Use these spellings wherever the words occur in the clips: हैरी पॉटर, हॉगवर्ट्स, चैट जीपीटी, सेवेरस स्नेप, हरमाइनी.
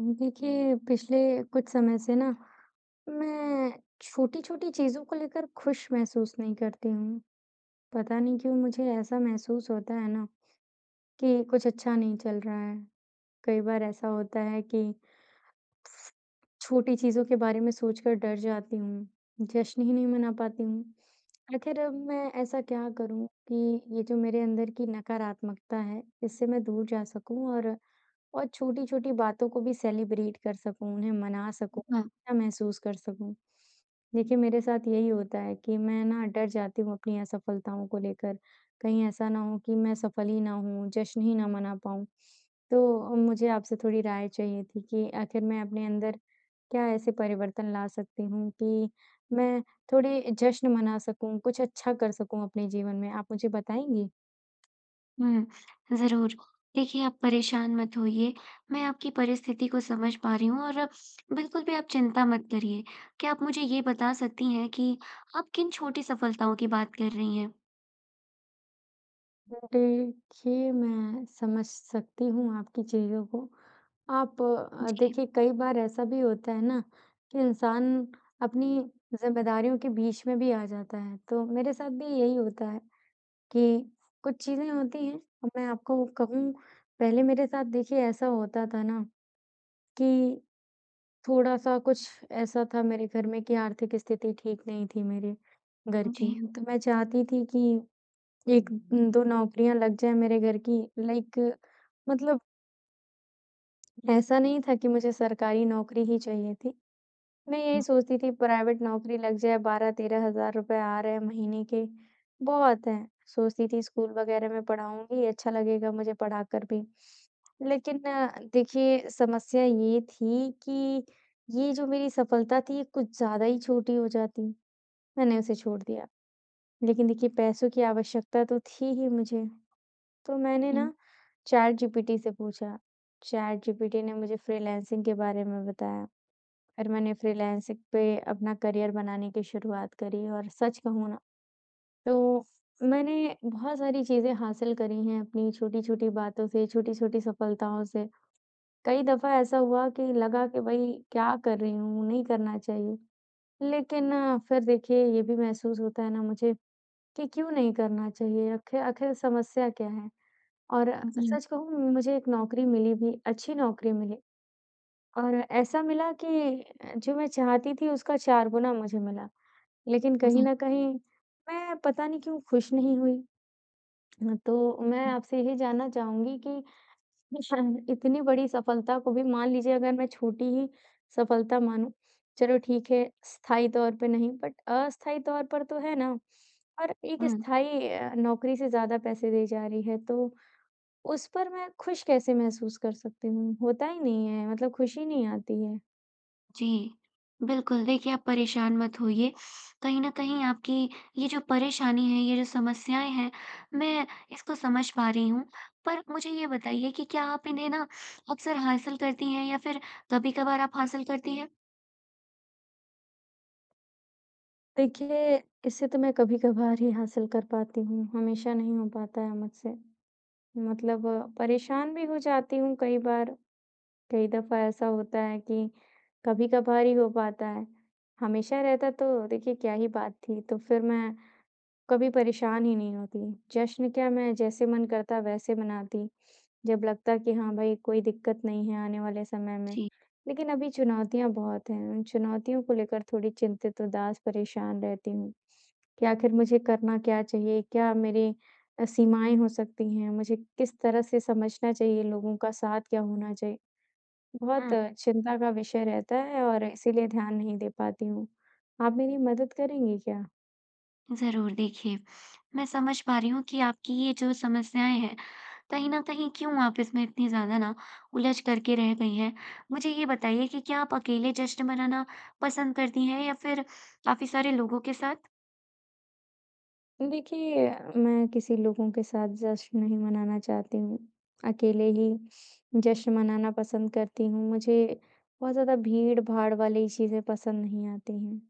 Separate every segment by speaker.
Speaker 1: देखिए, पिछले कुछ समय से ना मैं छोटी-छोटी चीज़ों को लेकर खुश महसूस नहीं करती हूँ। पता नहीं क्यों मुझे ऐसा महसूस होता है ना कि कुछ अच्छा नहीं चल रहा है। कई बार ऐसा होता है कि छोटी चीज़ों के बारे में सोचकर डर जाती हूँ, जश्न ही नहीं मना पाती हूँ। आखिर अब मैं ऐसा क्या करूँ कि ये जो मेरे अंदर की नकारात्मकता है, इससे मैं दूर जा सकूँ और छोटी-छोटी बातों को भी सेलिब्रेट कर सकूँ, उन्हें मना सकूँ,
Speaker 2: हुँ,
Speaker 1: अच्छा महसूस कर सकूँ। देखिए, मेरे साथ यही होता है कि मैं ना डर जाती हूँ अपनी असफलताओं को लेकर, कहीं ऐसा ना हो कि मैं सफल ही ना हूँ, जश्न ही ना मना पाऊँ। तो मुझे आपसे थोड़ी राय चाहिए थी कि आखिर मैं अपने अंदर क्या ऐसे परिवर्तन ला सकती हूँ कि मैं थोड़े जश्न मना सकूँ, कुछ अच्छा कर सकूँ अपने जीवन में? आप मुझे बताएँगी?
Speaker 2: हुँ, ज़रूर। देखिए, आप परेशान मत होइए, मैं आपकी परिस्थिति को समझ पा रही हूँ और बिल्कुल भी आप चिंता मत करिए। क्या आप मुझे ये बता सकती हैं कि आप किन छोटी सफलताओं की बात कर रही हैं?
Speaker 1: देखिए, मैं समझ सकती हूँ आपकी चीज़ों को। आप
Speaker 2: जी,
Speaker 1: देखिए कई बार ऐसा भी होता है ना कि इंसान अपनी ज़िम्मेदारियों के बीच में भी आ जाता है। तो मेरे साथ भी यही होता है कि कुछ चीज़ें होती हैं अब मैं आपको कहूँ पहले मेरे साथ देखिए ऐसा होता था ना कि थोड़ा-सा कुछ ऐसा था मेरे घर में कि आर्थिक स्थिति ठीक नहीं थी मेरे घर की।
Speaker 2: जी।
Speaker 1: तो मैं चाहती थी कि 1
Speaker 2: हुँ,
Speaker 1: 2 नौकरियाँ लग जाएँ मेरे घर की लाइक मतलब ऐसा नहीं था कि मुझे सरकारी नौकरी ही चाहिए थी। मैं यही सोचती थी प्राइवेट नौकरी लग जाए 12-13 हज़ार रुपए आ रहे हैं महीने के, बहुत हैं। सोचती थी स्कूल वगैरह में पढ़ाऊँगी, अच्छा लगेगा मुझे पढ़ाकर भी। लेकिन देखिए समस्या ये थी कि ये जो मेरी सफलता थी, ये कुछ ज़्यादा ही छोटी हो जाती। मैंने उसे छोड़ दिया। लेकिन देखिए पैसों की आवश्यकता तो थी ही मुझे। तो मैंने
Speaker 2: हुँ,
Speaker 1: ना चैट जीपीटी से पूछा। चैट जीपीटी ने मुझे फ्रीलांसिंग के बारे में बताया। फिर मैंने फ्रीलांसिंग पे अपना करियर बनाने की शुरुआत करी और सच कहूँ ना तो मैंने बहुत सारी चीज़ें हासिल करी हैं अपनी छोटी-छोटी बातों से, छोटी-छोटी सफलताओं से। कई दफ़ा ऐसा हुआ कि लगा कि भई क्या कर रही हूँ, नहीं करना चाहिए। लेकिन फिर देखिए ये भी महसूस होता है ना मुझे कि क्यों नहीं करना चाहिए? आखिर आखिर समस्या क्या है? और
Speaker 2: जी,
Speaker 1: सच कहूँ मुझे एक नौकरी मिली भी, अच्छी नौकरी मिली और ऐसा मिला कि जो मैं चाहती थी उसका 4 गुना मुझे मिला। लेकिन कहीं
Speaker 2: जी,
Speaker 1: न कहीं मैं पता नहीं क्यों खुश नहीं हुई। हाँ, तो मैं
Speaker 2: हुँ,
Speaker 1: आपसे यही जानना चाहूँगी कि शायद इतनी बड़ी सफलता को भी मान लीजिए अगर मैं छोटी ही सफलता मानूँ, चलो ठीक है स्थायी तौर पे नहीं बट अस्थायी तौर पर तो है ना? और एक
Speaker 2: हुँ।
Speaker 1: स्थायी नौकरी से ज़्यादा पैसे दी जा रही है तो उस पर मैं खुश कैसे महसूस कर सकती हूँ? होता ही नहीं है, मतलब खुशी नहीं आती है।
Speaker 2: जी, बिल्कुल। देखिए, आप परेशान मत होइए। कहीं न कहीं आपकी ये जो परेशानी है, ये जो समस्याएँ हैं, मैं इसको समझ पा रही हूँ। पर मुझे ये बताइए कि क्या आप इन्हें ना अक्सर हासिल करती हैं या फिर कभी-कभार आप हासिल करती हैं?
Speaker 1: देखिए, इसे तो मैं कभी-कभार ही हासिल कर पाती हूँ, हमेशा नहीं हो पाता है मुझसे। मतलब परेशान भी हो जाती हूँ कई बार, कई दफ़ा ऐसा होता है कि कभी-कभार ही हो पाता है। हमेशा रहता तो देखिए क्या ही बात थी, तो फिर मैं कभी परेशान ही नहीं होती। जश्न क्या मैं जैसे मन करता वैसे मनाती। जब लगता कि हाँ भाई कोई दिक्कत नहीं है आने वाले समय में।
Speaker 2: जी।
Speaker 1: लेकिन अभी चुनौतियाँ बहुत हैं, उन चुनौतियों को लेकर थोड़ी चिंतित, उदास, परेशान रहती हूँ कि आखिर मुझे करना क्या चाहिए? क्या मेरी सीमाएँ हो सकती हैं? मुझे किस तरह से समझना चाहिए लोगों का साथ क्या होना चाहिए? बहुत
Speaker 2: हुँ,
Speaker 1: चिंता का विषय रहता है और इसीलिए ध्यान नहीं दे पाती हूँ। आप मेरी मदद करेंगे क्या?
Speaker 2: ज़रूर देखिए, मैं समझ पा रही हूँ कि आपकी ये जो समस्याएँ हैं कहीं न कहीं क्यों आप इसमें इतनी ज़्यादा ना उलझ करके रह गई हैं? मुझे ये बताइए कि क्या आप अकेले जश्न मनाना पसंद करती हैं या फिर काफ़ी सारे लोगों के साथ?
Speaker 1: देखिए, मैं किसी लोगों के साथ जश्न नहीं मनाना चाहती हूँ। अकेले ही जश्न मनाना पसंद करती हूँ। मुझे बहुत ज़्यादा भीड़-भाड़ वाली चीज़ें पसंद नहीं आती हैं।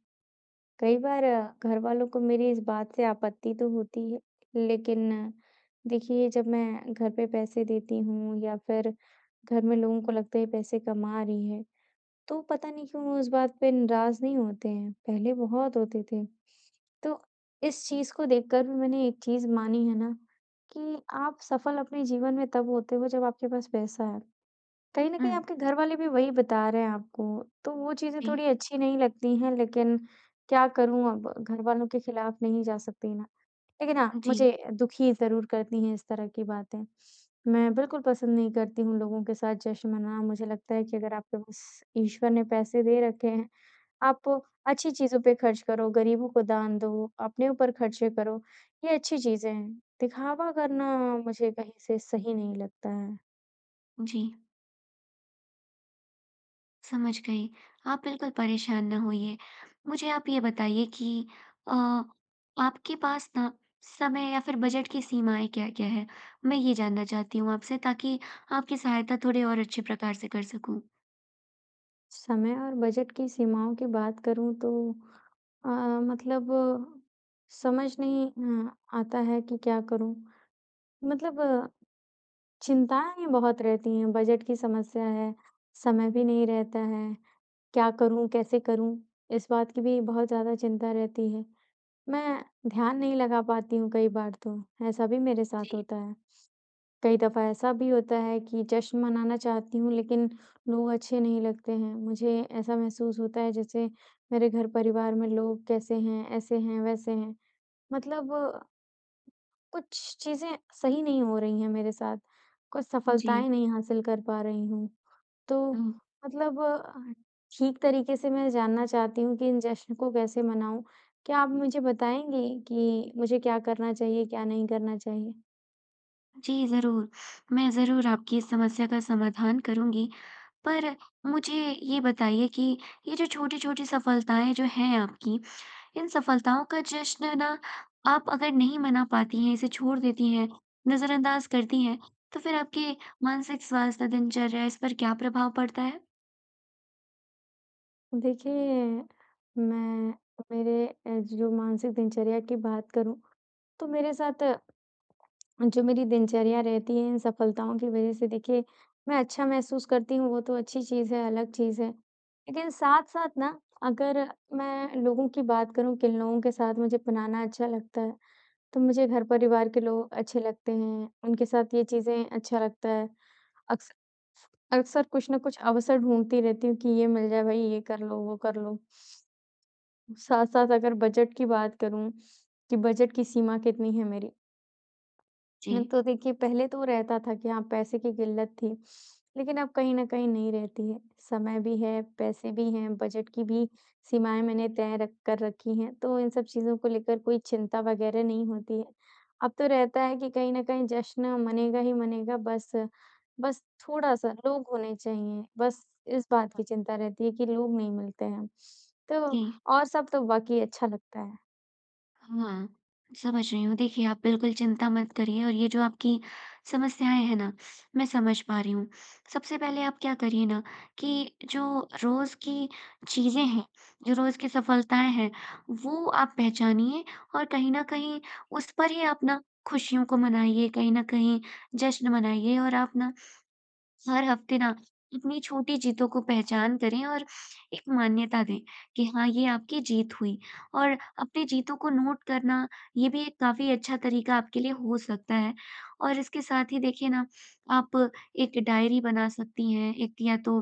Speaker 1: कई बार घरवालों को मेरी इस बात से आपत्ति तो होती है, लेकिन देखिए जब मैं घर पे पैसे देती हूँ या फिर घर में लोगों को लगता है ये पैसे कमा रही है, तो पता नहीं क्यों वो इस बात पे नाराज़ नहीं होते हैं, पहले बहुत होते थे। तो इस चीज़ को देखकर भी मैंने एक चीज़ मानी है ना कि आप सफल अपने जीवन में तब होते हो जब आपके पास पैसा है। कहीं न कहीं
Speaker 2: हुँ,
Speaker 1: आपके घरवाले भी वही बता रहे हैं आपको, तो वो चीज़ें
Speaker 2: जी,
Speaker 1: थोड़ी अच्छी नहीं लगती हैं लेकिन क्या करूँ अब घरवालों के खिलाफ नहीं जा सकती ना। लेकिन हाँ,
Speaker 2: जी,
Speaker 1: मुझे दुखी ज़रूर करती हैं इस तरह की बातें। मैं बिल्कुल पसंद नहीं करती हूँ लोगों के साथ जश्न मनाना। मुझे लगता है कि अगर आपके पास ईश्वर ने पैसे दे रखे हैं, आप अच्छी चीज़ों पे खर्च करो, गरीबों को दान दो, अपने ऊपर खर्चे करो, ये अच्छी चीज़ें हैं। दिखावा करना मुझे कहीं से सही नहीं लगता है।
Speaker 2: जी, समझ गई। आप बिल्कुल परेशान ना होइए। मुझे आप ये बताइए कि अ, आपके पास ना समय या फिर बजट की सीमाएँ क्या-क्या हैं? मैं ये जानना चाहती हूँ आपसे ताकि आपकी सहायता थोड़ी और अच्छे प्रकार से कर सकूँ।
Speaker 1: समय और बजट की सीमाओं की बात करूँ तो अ, मतलब समझ नहीं अ, आता है कि क्या करूँ? मतलब चिंताएँ बहुत रहती हैं, बजट की समस्या है, समय भी नहीं रहता है, क्या करूँ, कैसे करूँ? इस बात की भी बहुत ज़्यादा चिंता रहती है। मैं ध्यान नहीं लगा पाती हूँ कई बार तो, ऐसा भी मेरे साथ
Speaker 2: जी,
Speaker 1: होता है। कई दफ़ा ऐसा भी होता है कि जश्न मनाना चाहती हूँ लेकिन लोग अच्छे नहीं लगते हैं। मुझे ऐसा महसूस होता है जैसे मेरे घर परिवार में लोग कैसे हैं, ऐसे हैं, वैसे हैं। मतलब कुछ चीज़ें सही नहीं हो रही हैं मेरे साथ, कुछ
Speaker 2: जी,
Speaker 1: सफलताएँ नहीं हासिल कर पा रही हूँ। तो
Speaker 2: हुँ।
Speaker 1: मतलब ठीक तरीके से मैं जानना चाहती हूँ कि इन जश्न को कैसे मनाऊँ? क्या आप मुझे बताएँगी कि मुझे क्या करना चाहिए, क्या नहीं करना चाहिए?
Speaker 2: जी, ज़रूर। मैं ज़रूर आपकी इस समस्या का समाधान करूँगी। पर मुझे ये बताइए कि ये जो छोटी-छोटी सफलताएँ जो हैं आपकी, इन सफलताओं का जश्न ना आप अगर नहीं मना पाती हैं, इसे छोड़ देती हैं, नज़रअंदाज़ करती हैं, तो फिर आपके मानसिक स्वास्थ्य, दिनचर्या इस पर क्या प्रभाव पड़ता है?
Speaker 1: देखिए, मैं मेरे जो मानसिक दिनचर्या की बात करूँ, तो मेरे साथ जो मेरी दिनचर्या रहती है इन सफलताओं की वज़ह से देखिए, मैं अच्छा महसूस करती हूँ, वो तो अच्छी चीज़ है, अलग चीज़ है। लेकिन साथ-साथ ना अगर मैं लोगों की बात करूँ, किन लोगों के साथ मुझे बनाना अच्छा लगता है, तो मुझे घर-परिवार के लोग अच्छे लगते हैं, उनके साथ ये चीज़ें अच्छा लगता है। अक्स अक्सर कुछ न कुछ अवसर ढूँढती रहती हूँ कि ये मिल जाए भई, ये कर लो, वो कर लो। साथ-साथ अगर बजट की बात करूँ, कि बजट की सीमा कितनी है मेरी?
Speaker 2: जी।
Speaker 1: तो देखिए पहले तो रहता था कि हाँ, पैसे की किल्लत थी, लेकिन अब कहीं न कहीं नहीं रहती है। समय भी है, पैसे भी हैं, बजट की भी सीमाएँ मैंने तय रख कर रखी हैं, तो इन सब चीज़ों को लेकर कोई चिंता वगैरह नहीं होती है। अब तो रहता है कि कहीं न कहीं जश्न मनेगा ही मनेगा, बस बस थोड़ा-सा लोग होने चाहिए, बस इस बात की चिंता रहती है कि लोग नहीं मिलते हैं। तो
Speaker 2: जी।
Speaker 1: और सब तो बाकी अच्छा लगता है।
Speaker 2: हाँ, समझ रही हूँ। देखिए, आप बिल्कुल चिंता मत करिए और ये जो आपकी समस्याएँ हैं ना, मैं समझ पा रही हूँ। सबसे पहले आप क्या करिए ना कि जो रोज़ की चीज़ें हैं, जो रोज़ की सफलताएँ हैं, वो आप पहचानिए और कहीं न कहीं उस पर ही आप ना खुशियों को मनाइए, कहीं न कहीं जश्न मनाइए और आप ना हर हफ्ते ना अपनी छोटी जीतों को पहचान करें और एक मान्यता दें कि हाँ ये आपकी जीत हुई और अपनी जीतों को नोट करना ये भी एक काफी अच्छा तरीका आपके लिए हो सकता है और इसके साथ ही देखिए ना आप एक डायरी बना सकती हैं एक या तो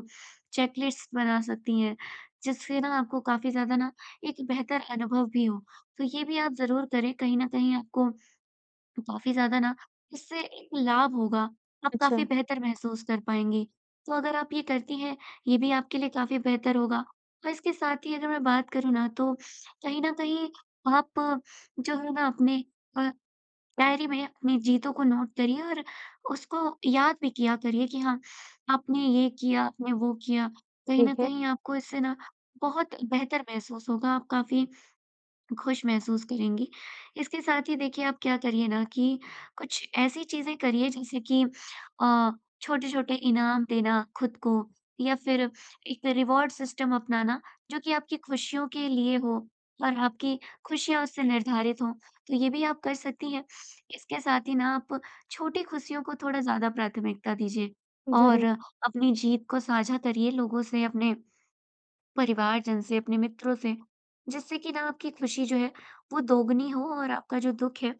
Speaker 2: चेकलिस्ट बना सकती हैं जिससे ना आपको काफी ज्यादा ना एक बेहतर अनुभव भी हो तो ये भी आप जरूर करें कहीं ना कहीं आपको तो काफ़ी ज़्यादा ना इससे एक लाभ होगा, आप
Speaker 1: अच्छा,
Speaker 2: काफ़ी बेहतर महसूस कर पाएँगी। तो अगर आप ये करती हैं, ये भी आपके लिए काफ़ी बेहतर होगा और इसके साथ ही अगर मैं बात करूँ ना तो कहीं न कहीं आप जो है ना अपने अ, डायरी में अपनी जीतों को नोट करिए और उसको याद भी किया करिए कि हाँ, आपने ये किया, आपने वो किया। कहीं न
Speaker 1: ठीक है,
Speaker 2: कहीं आपको इससे ना बहुत बेहतर महसूस होगा, आप काफ़ी खुश महसूस करेंगी। इसके साथ ही देखिए आप क्या करिए ना कि कुछ ऐसी चीज़ें करिए जैसे कि अ, छोटे-छोटे इनाम देना खुद को या फिर एक रिवॉर्ड सिस्टम अपनाना जो कि आपकी खुशियों के लिए हो और आपकी खुशियाँ उससे निर्धारित हों, तो ये भी आप कर सकती हैं। इसके साथ ही ना आप छोटी खुशियों को थोड़ा ज़्यादा प्राथमिकता दीजिए
Speaker 1: ज़रूर।
Speaker 2: और अपनी जीत को साझा करिए लोगों से, अपने परिवारजन से, अपने मित्रों से, जिससे कि ना आपकी खुशी जो है वो दोगुनी हो और आपका जो दुःख है,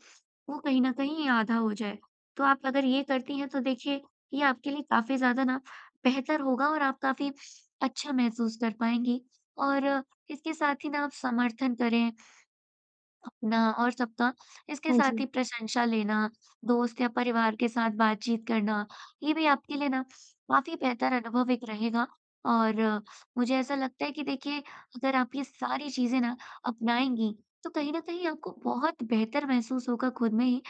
Speaker 2: वो कहीं न कहीं आधा हो जाए। तो आप अगर ये करती हैं तो देखिए ये आपके लिए काफ़ी ज़्यादा ना बेहतर होगा और आप काफ़ी अच्छा महसूस कर पाएँगी। और इसके साथ ही ना आप समर्थन करें, अपना और सबका, इसके
Speaker 1: हाँ
Speaker 2: साथ
Speaker 1: जी।
Speaker 2: ही प्रशंसा लेना, दोस्त या परिवार के साथ बातचीत करना, ये भी आपके लिए ना काफ़ी बेहतर अनुभव एक रहेगा। और मुझे ऐसा लगता है कि देखिए, अगर आप ये सारी चीज़ें ना अपनाएँगी, तो कहीं न कहीं आपको बहुत बेहतर महसूस होगा खुद में ही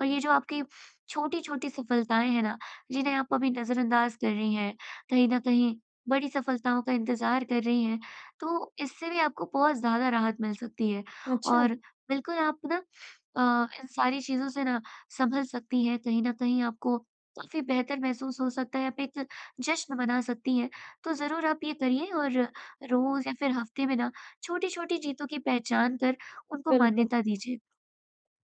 Speaker 2: और ये जो आपकी छोटी-छोटी सफलताएँ हैं ना, जिन्हें आप अभी नज़रअंदाज़ कर रही हैं, कहीं न कहीं बड़ी सफलताओं का इंतज़ार कर रही हैं, तो इससे भी आपको बहुत ज़्यादा राहत मिल सकती है।
Speaker 1: अच्छा,
Speaker 2: और बिल्कुल आप ना इन सारी चीज़ों से ना संभल सकती हैं, कहीं न कहीं आपको काफ़ी बेहतर महसूस हो सकता है, आप एक जश्न मना सकती हैं। तो ज़रूर आप ये करिए और रोज़ या फिर हफ़्ते में ना छोटी-छोटी जीतों की पहचान कर उनको
Speaker 1: बिल्कुल।
Speaker 2: मान्यता दीजिए।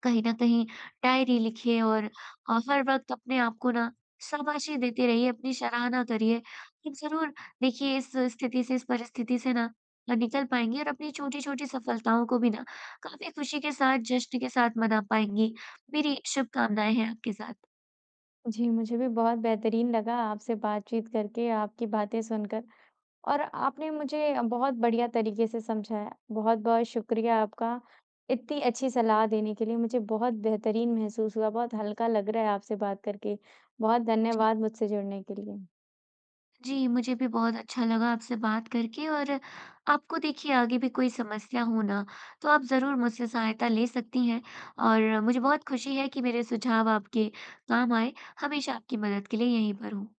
Speaker 2: कहीं न कहीं डायरी लिखिए और हर वक़्त अपने आप को ना शाबाशी देते रहिए, अपनी सराहना करिए। आप ज़रूर देखिए इस स्थिति से, इस परिस्थिति से ना निकल पाएँगी और अपनी छोटी-छोटी सफलताओं को भी ना काफ़ी खुशी के साथ, जश्न के साथ मना पाएँगी। मेरी शुभकामनाएँ हैं आपके साथ।
Speaker 1: जी, मुझे भी बहुत बेहतरीन लगा आपसे बातचीत करके, आपकी बातें सुनकर और आपने मुझे बहुत बढ़िया तरीके से समझाया। बहुत-बहुत शुक्रिया आपका, इतनी अच्छी सलाह देने के लिए। मुझे बहुत बेहतरीन महसूस हुआ, बहुत हल्का लग रहा है आपसे बात करके। बहुत
Speaker 2: जी।
Speaker 1: धन्यवाद मुझसे जुड़ने के लिए।
Speaker 2: जी, मुझे भी बहुत अच्छा लगा आपसे बात करके और आपको देखिए आगे भी कोई समस्या हो ना, तो आप ज़रूर मुझसे सहायता ले सकती हैं और मुझे बहुत खुशी है कि मेरे सुझाव आपके काम आए। हमेशा आपकी मदद के लिए यहीं पर हूँ।